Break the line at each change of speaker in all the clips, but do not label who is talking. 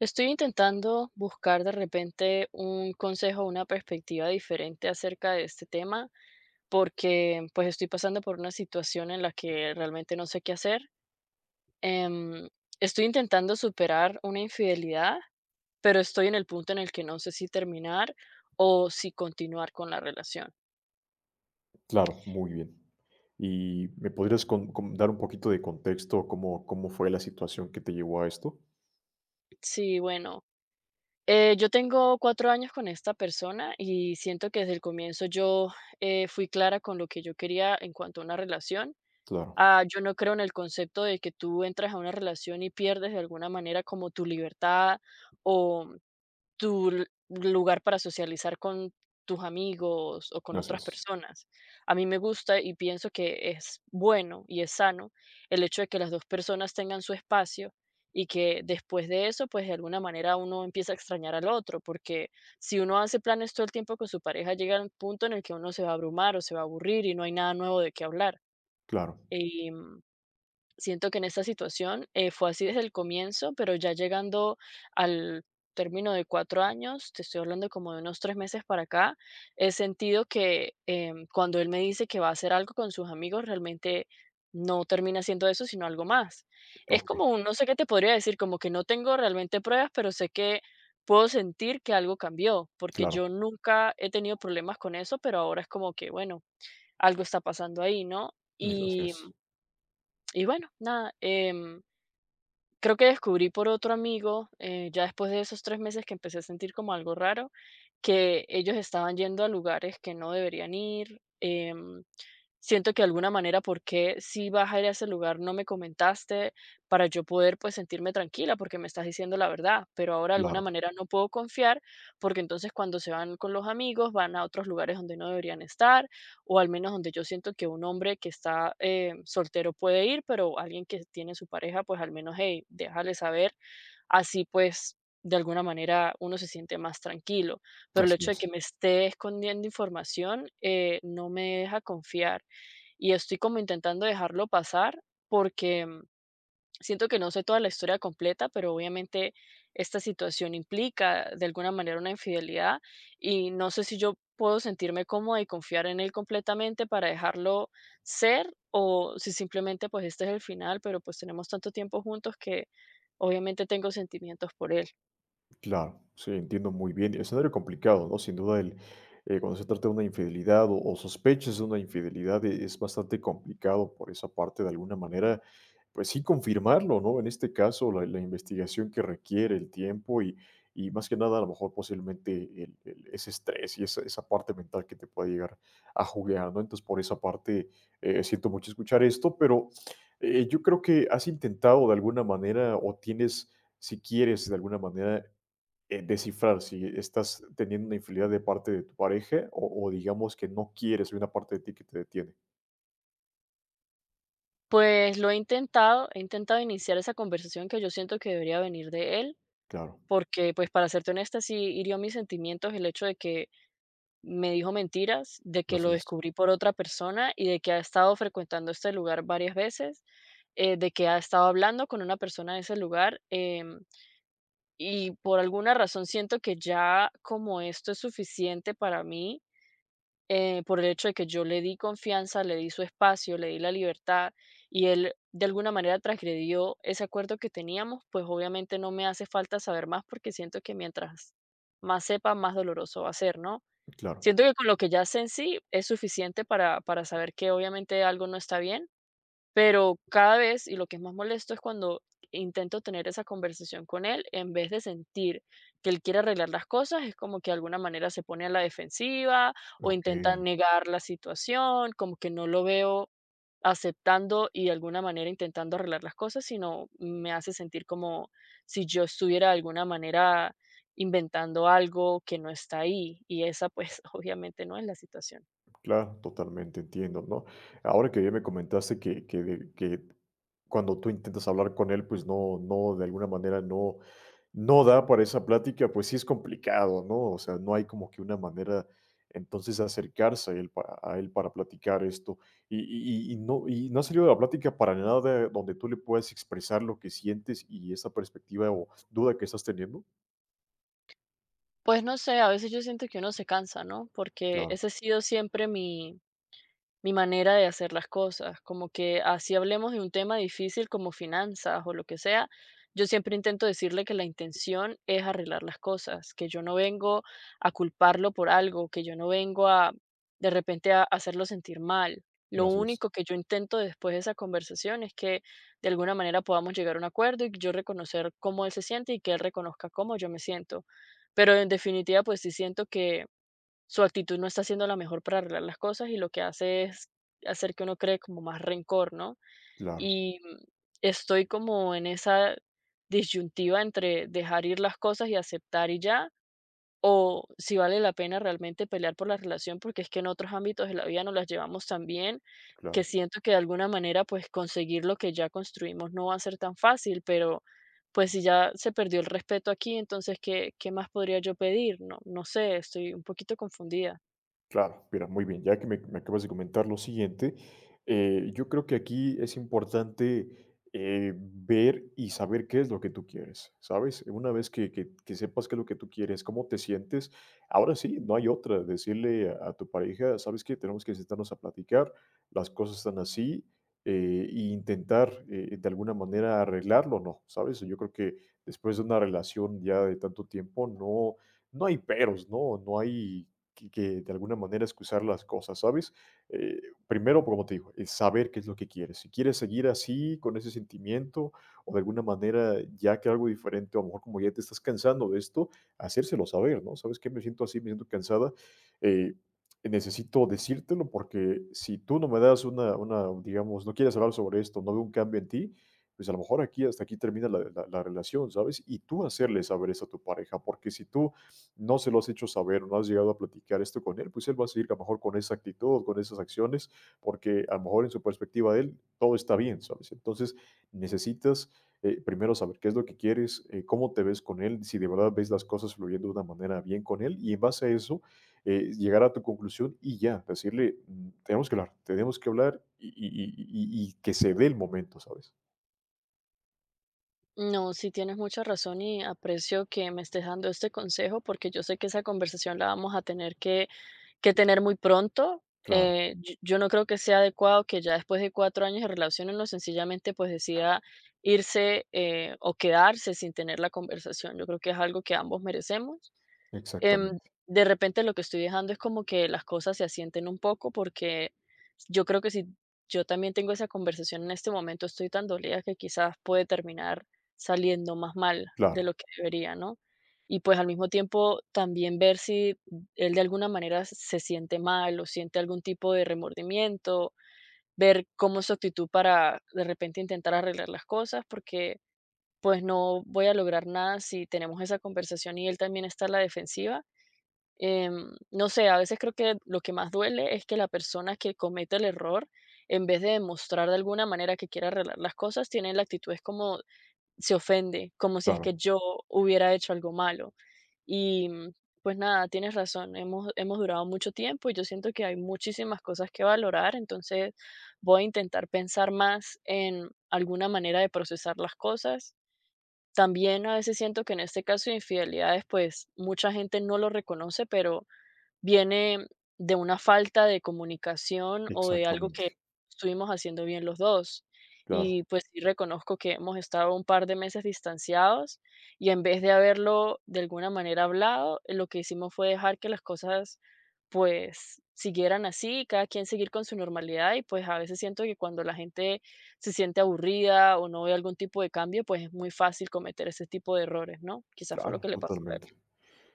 Estoy intentando buscar de repente un consejo, una perspectiva diferente acerca de este tema, porque pues estoy pasando por una situación en la que realmente no sé qué hacer. Em, Estoy intentando superar una infidelidad, pero estoy en el punto en el que no sé si terminar o si continuar con la relación.
Claro, muy bien. ¿Y me podrías con dar un poquito de contexto, cómo fue la situación que te llevó a esto?
Sí, bueno. Yo tengo 4 años con esta persona y siento que desde el comienzo yo, fui clara con lo que yo quería en cuanto a una relación.
Claro,
Yo no creo en el concepto de que tú entras a una relación y pierdes de alguna manera como tu libertad o tu lu lugar para socializar con tus amigos o con
así
otras
es.
personas. A mí me gusta y pienso que es bueno y es sano el hecho de que las 2 personas tengan su espacio y que después de eso, pues, de alguna manera uno empieza a extrañar al otro, porque si uno hace planes todo el tiempo con su pareja, llega un punto en el que uno se va a abrumar o se va a aburrir y no hay nada nuevo de qué hablar.
Claro,
em Siento que en esta situación, fue así desde el comienzo, pero ya llegando al término de 4 años, te estoy hablando como de unos 3 meses para acá. He sentido que, cuando él me dice que va a hacer algo con sus amigos, realmente no termina siendo eso, sino algo más. Es
okey,
como un no sé qué te podría decir, como que no tengo realmente pruebas, pero sé que puedo sentir que algo cambió, porque
claro,
yo nunca he tenido problemas con eso, pero ahora es como que, bueno, algo está pasando ahí, ¿no?
así
Y
es.
y bueno, nada. Creo que descubrí por otro amigo, ya después de esos 3 meses que empecé a sentir como algo raro, que ellos estaban yendo a lugares que no deberían ir. Siento que de alguna manera, ¿por qué si vas a ir a ese lugar no me comentaste para yo poder, pues, sentirme tranquila? Porque me estás diciendo la verdad, pero ahora de alguna
Claro,
manera no puedo confiar, porque entonces cuando se van con los amigos van a otros lugares donde no deberían estar, o al menos donde yo siento que un hombre que está soltero puede ir, pero alguien que tiene su pareja, pues al menos, hey, déjale saber. Así pues, de alguna manera uno se siente más tranquilo, pero el
así
hecho de
es.
que me esté escondiendo información no me deja confiar. Y estoy como intentando dejarlo pasar porque siento que no sé toda la historia completa, pero obviamente esta situación implica de alguna manera una infidelidad y no sé si yo puedo sentirme cómoda y confiar en él completamente para dejarlo ser, o si simplemente pues este es el final, pero pues tenemos tanto tiempo juntos que obviamente tengo sentimientos por él.
Claro, sí, entiendo muy bien. Escenario complicado, ¿no? Sin duda, cuando se trata de una infidelidad o sospechas de una infidelidad, es bastante complicado por esa parte, de alguna manera, pues sí, confirmarlo, ¿no? En este caso, la investigación que requiere el tiempo y más que nada, a lo mejor posiblemente ese estrés y esa parte mental que te puede llegar a jugar, ¿no? Entonces, por esa parte, siento mucho escuchar esto, pero yo creo que has intentado de alguna manera o tienes si quieres de alguna manera, descifrar si estás teniendo una infidelidad de parte de tu pareja o digamos que no quieres, hay una parte de ti que te detiene.
Pues lo he intentado iniciar esa conversación que yo siento que debería venir de él.
Claro,
Porque, pues, para serte honesta, sí hirió mis sentimientos el hecho de que me dijo mentiras, de que lo
así es.
descubrí por otra persona y de que ha estado frecuentando este lugar varias veces, de que ha estado hablando con una persona de ese lugar. Y por alguna razón siento que ya como esto es suficiente para mí, por el hecho de que yo le di confianza, le di su espacio, le di la libertad y él de alguna manera transgredió ese acuerdo que teníamos. Pues obviamente no me hace falta saber más, porque siento que mientras más sepa, más doloroso va a ser, ¿no?
Claro,
Siento que con lo que ya sé en sí es suficiente para saber que obviamente algo no está bien, pero cada vez, y lo que es más molesto es cuando intento tener esa conversación con él, en vez de sentir que él quiere arreglar las cosas, es como que de alguna manera se pone a la defensiva o intenta
ok.
negar la situación, como que no lo veo aceptando y de alguna manera intentando arreglar las cosas, sino me hace sentir como si yo estuviera de alguna manera inventando algo que no está ahí. Y esa pues obviamente no es la situación.
Claro, totalmente entiendo, ¿no? Ahora que ya me comentaste que cuando tú intentas hablar con él, pues no, no, de alguna manera no, no da para esa plática, pues sí es complicado, ¿no? O sea, no hay como que una manera entonces de acercarse a él, a él para platicar esto. Y, y no ha salido de la plática para nada donde tú le puedas expresar lo que sientes y esa perspectiva o duda que estás teniendo.
Pues no sé, a veces yo siento que uno se cansa, ¿no? Porque
Claro,
ese ha sido siempre mi manera de hacer las cosas, como que así hablemos de un tema difícil como finanzas o lo que sea, yo siempre intento decirle que la intención es arreglar las cosas, que yo no vengo a culparlo por algo, que yo no vengo a de repente a hacerlo sentir mal. Lo
así es,
único que yo intento después de esa conversación es que de alguna manera podamos llegar a un acuerdo y yo reconocer cómo él se siente y que él reconozca cómo yo me siento. Pero en definitiva, pues sí siento que su actitud no está siendo la mejor para arreglar las cosas, y lo que hace es hacer que uno cree como más rencor, ¿no?
claro,
Y estoy como en esa disyuntiva entre dejar ir las cosas y aceptar y ya, o si vale la pena realmente pelear por la relación, porque es que en otros ámbitos de la vida nos las llevamos tan bien que
claro.
siento que de alguna manera pues conseguir lo que ya construimos no va a ser tan fácil, pero pues si ya se perdió el respeto aquí, entonces ¿qué más podría yo pedir? No, no sé, estoy un poquito confundida.
Claro, mira, muy bien, ya que me acabas de comentar lo siguiente, yo creo que aquí es importante, ver y saber qué es lo que tú quieres, ¿sabes? Una vez que sepas qué es lo que tú quieres, cómo te sientes, ahora sí, no hay otra, decirle a tu pareja, ¿sabes qué? Tenemos que sentarnos a platicar, las cosas están así, e intentar, de alguna manera arreglarlo, ¿no? ¿Sabes? Yo creo que después de una relación ya de tanto tiempo, no, no hay peros, ¿no? No hay que de alguna manera excusar las cosas, ¿sabes? Eh, Primero, como te digo, es saber qué es lo que quieres. Si quieres seguir así, con ese sentimiento, o de alguna manera, ya que algo diferente, o a lo mejor como ya te estás cansando de esto, hacérselo saber, ¿no? ¿Sabes qué? Me siento así, me siento cansada. eh, Necesito decírtelo porque si tú no me das una, digamos, no quieres hablar sobre esto, no veo un cambio en ti, pues a lo mejor aquí hasta aquí termina la relación, ¿sabes? Y tú hacerle saber eso a tu pareja, porque si tú no se lo has hecho saber, no has llegado a platicar esto con él, pues él va a seguir a lo mejor con esa actitud, con esas acciones, porque a lo mejor en su perspectiva de él todo está bien, ¿sabes? Entonces necesitas, primero saber qué es lo que quieres, cómo te ves con él, si de verdad ves las cosas fluyendo de una manera bien con él y en base a eso, llegar a tu conclusión y ya, decirle, "Mm, tenemos que hablar y que se dé el momento, ¿sabes?
No, sí tienes mucha razón y aprecio que me estés dando este consejo, porque yo sé que esa conversación la vamos a tener que tener muy pronto.
Claro,
Yo, no creo que sea adecuado que ya después de 4 años de relación uno sencillamente pues decida irse o quedarse sin tener la conversación. Yo creo que es algo que ambos merecemos. Em,
exactamente,
de repente lo que estoy dejando es como que las cosas se asienten un poco, porque yo creo que si yo también tengo esa conversación en este momento, estoy tan dolida que quizás puede terminar saliendo más mal de
claro,
lo que debería, ¿no? Y pues al mismo tiempo también ver si él de alguna manera se siente mal o siente algún tipo de remordimiento, ver cómo es su actitud para de repente intentar arreglar las cosas, porque pues no voy a lograr nada si tenemos esa conversación y él también está a la defensiva. No sé, a veces creo que lo que más duele es que la persona que comete el error, en vez de demostrar de alguna manera que quiere arreglar las cosas, tiene la actitud es como se ofende, como si es que
claro,
yo hubiera hecho algo malo. Y pues nada, tienes razón, hemos durado mucho tiempo y yo siento que hay muchísimas cosas que valorar, entonces voy a intentar pensar más en alguna manera de procesar las cosas. También a veces siento que en este caso de infidelidades, pues mucha gente no lo reconoce, pero viene de una falta de comunicación o de algo que
exactamente,
estuvimos haciendo bien los dos.
claro,
Y, pues, sí reconozco que hemos estado un par de meses distanciados, y en vez de haberlo de alguna manera hablado, lo que hicimos fue dejar que las cosas, pues, siguieran así, cada quien seguir con su normalidad. Y, pues, a veces siento que cuando la gente se siente aburrida o no ve algún tipo de cambio, pues, es muy fácil cometer ese tipo de errores, ¿no? Quizás fue lo que
claro,
le pasó.
totalmente.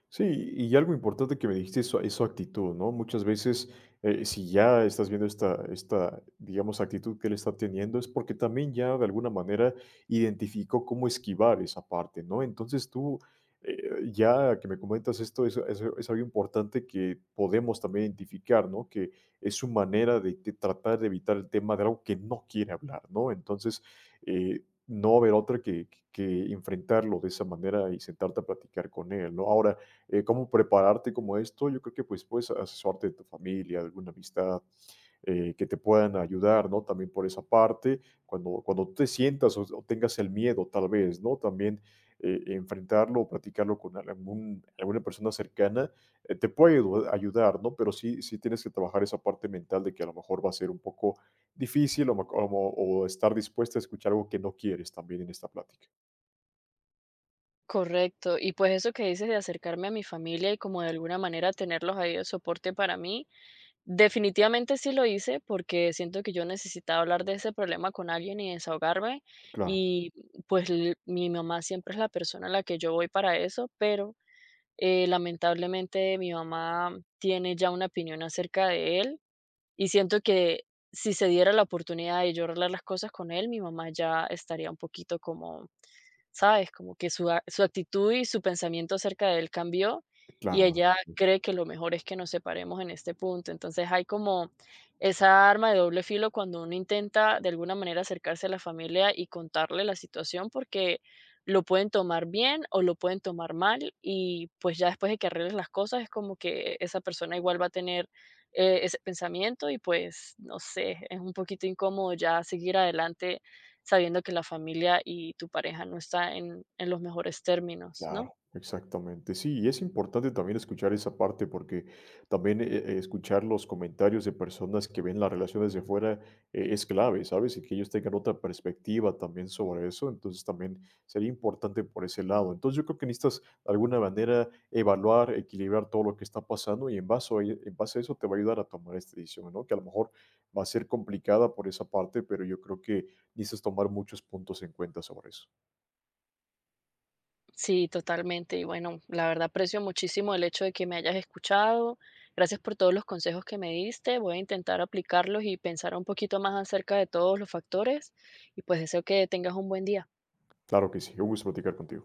Sí, y algo importante que me dijiste es su actitud, ¿no? Muchas veces, si ya estás viendo esta, digamos, actitud que él está teniendo, es porque también ya de alguna manera identificó cómo esquivar esa parte, ¿no? Entonces tú, eh, ya que me comentas esto, es algo importante que podemos también identificar, ¿no? Que es su manera de tratar de evitar el tema de algo que no quiere hablar, ¿no? Entonces, eh, no va a haber otra que enfrentarlo de esa manera y sentarte a platicar con él, ¿no? Ahora, cómo prepararte como esto, yo creo que pues puedes asesorarte de tu familia, de alguna amistad, que te puedan ayudar, ¿no? También por esa parte, cuando tú te sientas o tengas el miedo, tal vez, ¿no? También, enfrentarlo o platicarlo con algún, alguna persona cercana, te puede ayudar, ¿no? Pero sí, sí tienes que trabajar esa parte mental de que a lo mejor va a ser un poco difícil o, o estar dispuesta a escuchar algo que no quieres también en esta plática.
Correcto. Y pues eso que dices de acercarme a mi familia y como de alguna manera tenerlos ahí de soporte para mí, definitivamente sí lo hice porque siento que yo necesitaba hablar de ese problema con alguien y desahogarme.
Claro,
Y pues mi mamá siempre es la persona a la que yo voy para eso, pero lamentablemente mi mamá tiene ya una opinión acerca de él y siento que si se diera la oportunidad de yo arreglar las cosas con él, mi mamá ya estaría un poquito como, ¿sabes? Como que su actitud y su pensamiento acerca de él cambió, y
claro.
ella cree que lo mejor es que nos separemos en este punto. Entonces, hay como esa arma de doble filo cuando uno intenta, de alguna manera, acercarse a la familia y contarle la situación, porque lo pueden tomar bien o lo pueden tomar mal, y, pues, ya después de que arregles las cosas, es como que esa persona igual va a tener, ese pensamiento. Y, pues, no sé, es un poquito incómodo ya seguir adelante sabiendo que la familia y tu pareja no está en los mejores términos, ¿no?
Claro, exactamente. Sí, y es importante también escuchar esa parte porque también escuchar los comentarios de personas que ven las relaciones de fuera, es clave, ¿sabes? Y que ellos tengan otra perspectiva también sobre eso. Entonces también sería importante por ese lado. Entonces yo creo que necesitas de alguna manera evaluar, equilibrar todo lo que está pasando y en base a, en base a eso te va a ayudar a tomar esta decisión, ¿no? Que a lo mejor va a ser complicada por esa parte, pero yo creo que necesitas tomar muchos puntos en cuenta sobre eso.
Sí, totalmente. Y bueno, la verdad aprecio muchísimo el hecho de que me hayas escuchado. Gracias por todos los consejos que me diste. Voy a intentar aplicarlos y pensar un poquito más acerca de todos los factores. Y pues deseo que tengas un buen día.
Claro que sí, un gusto platicar contigo.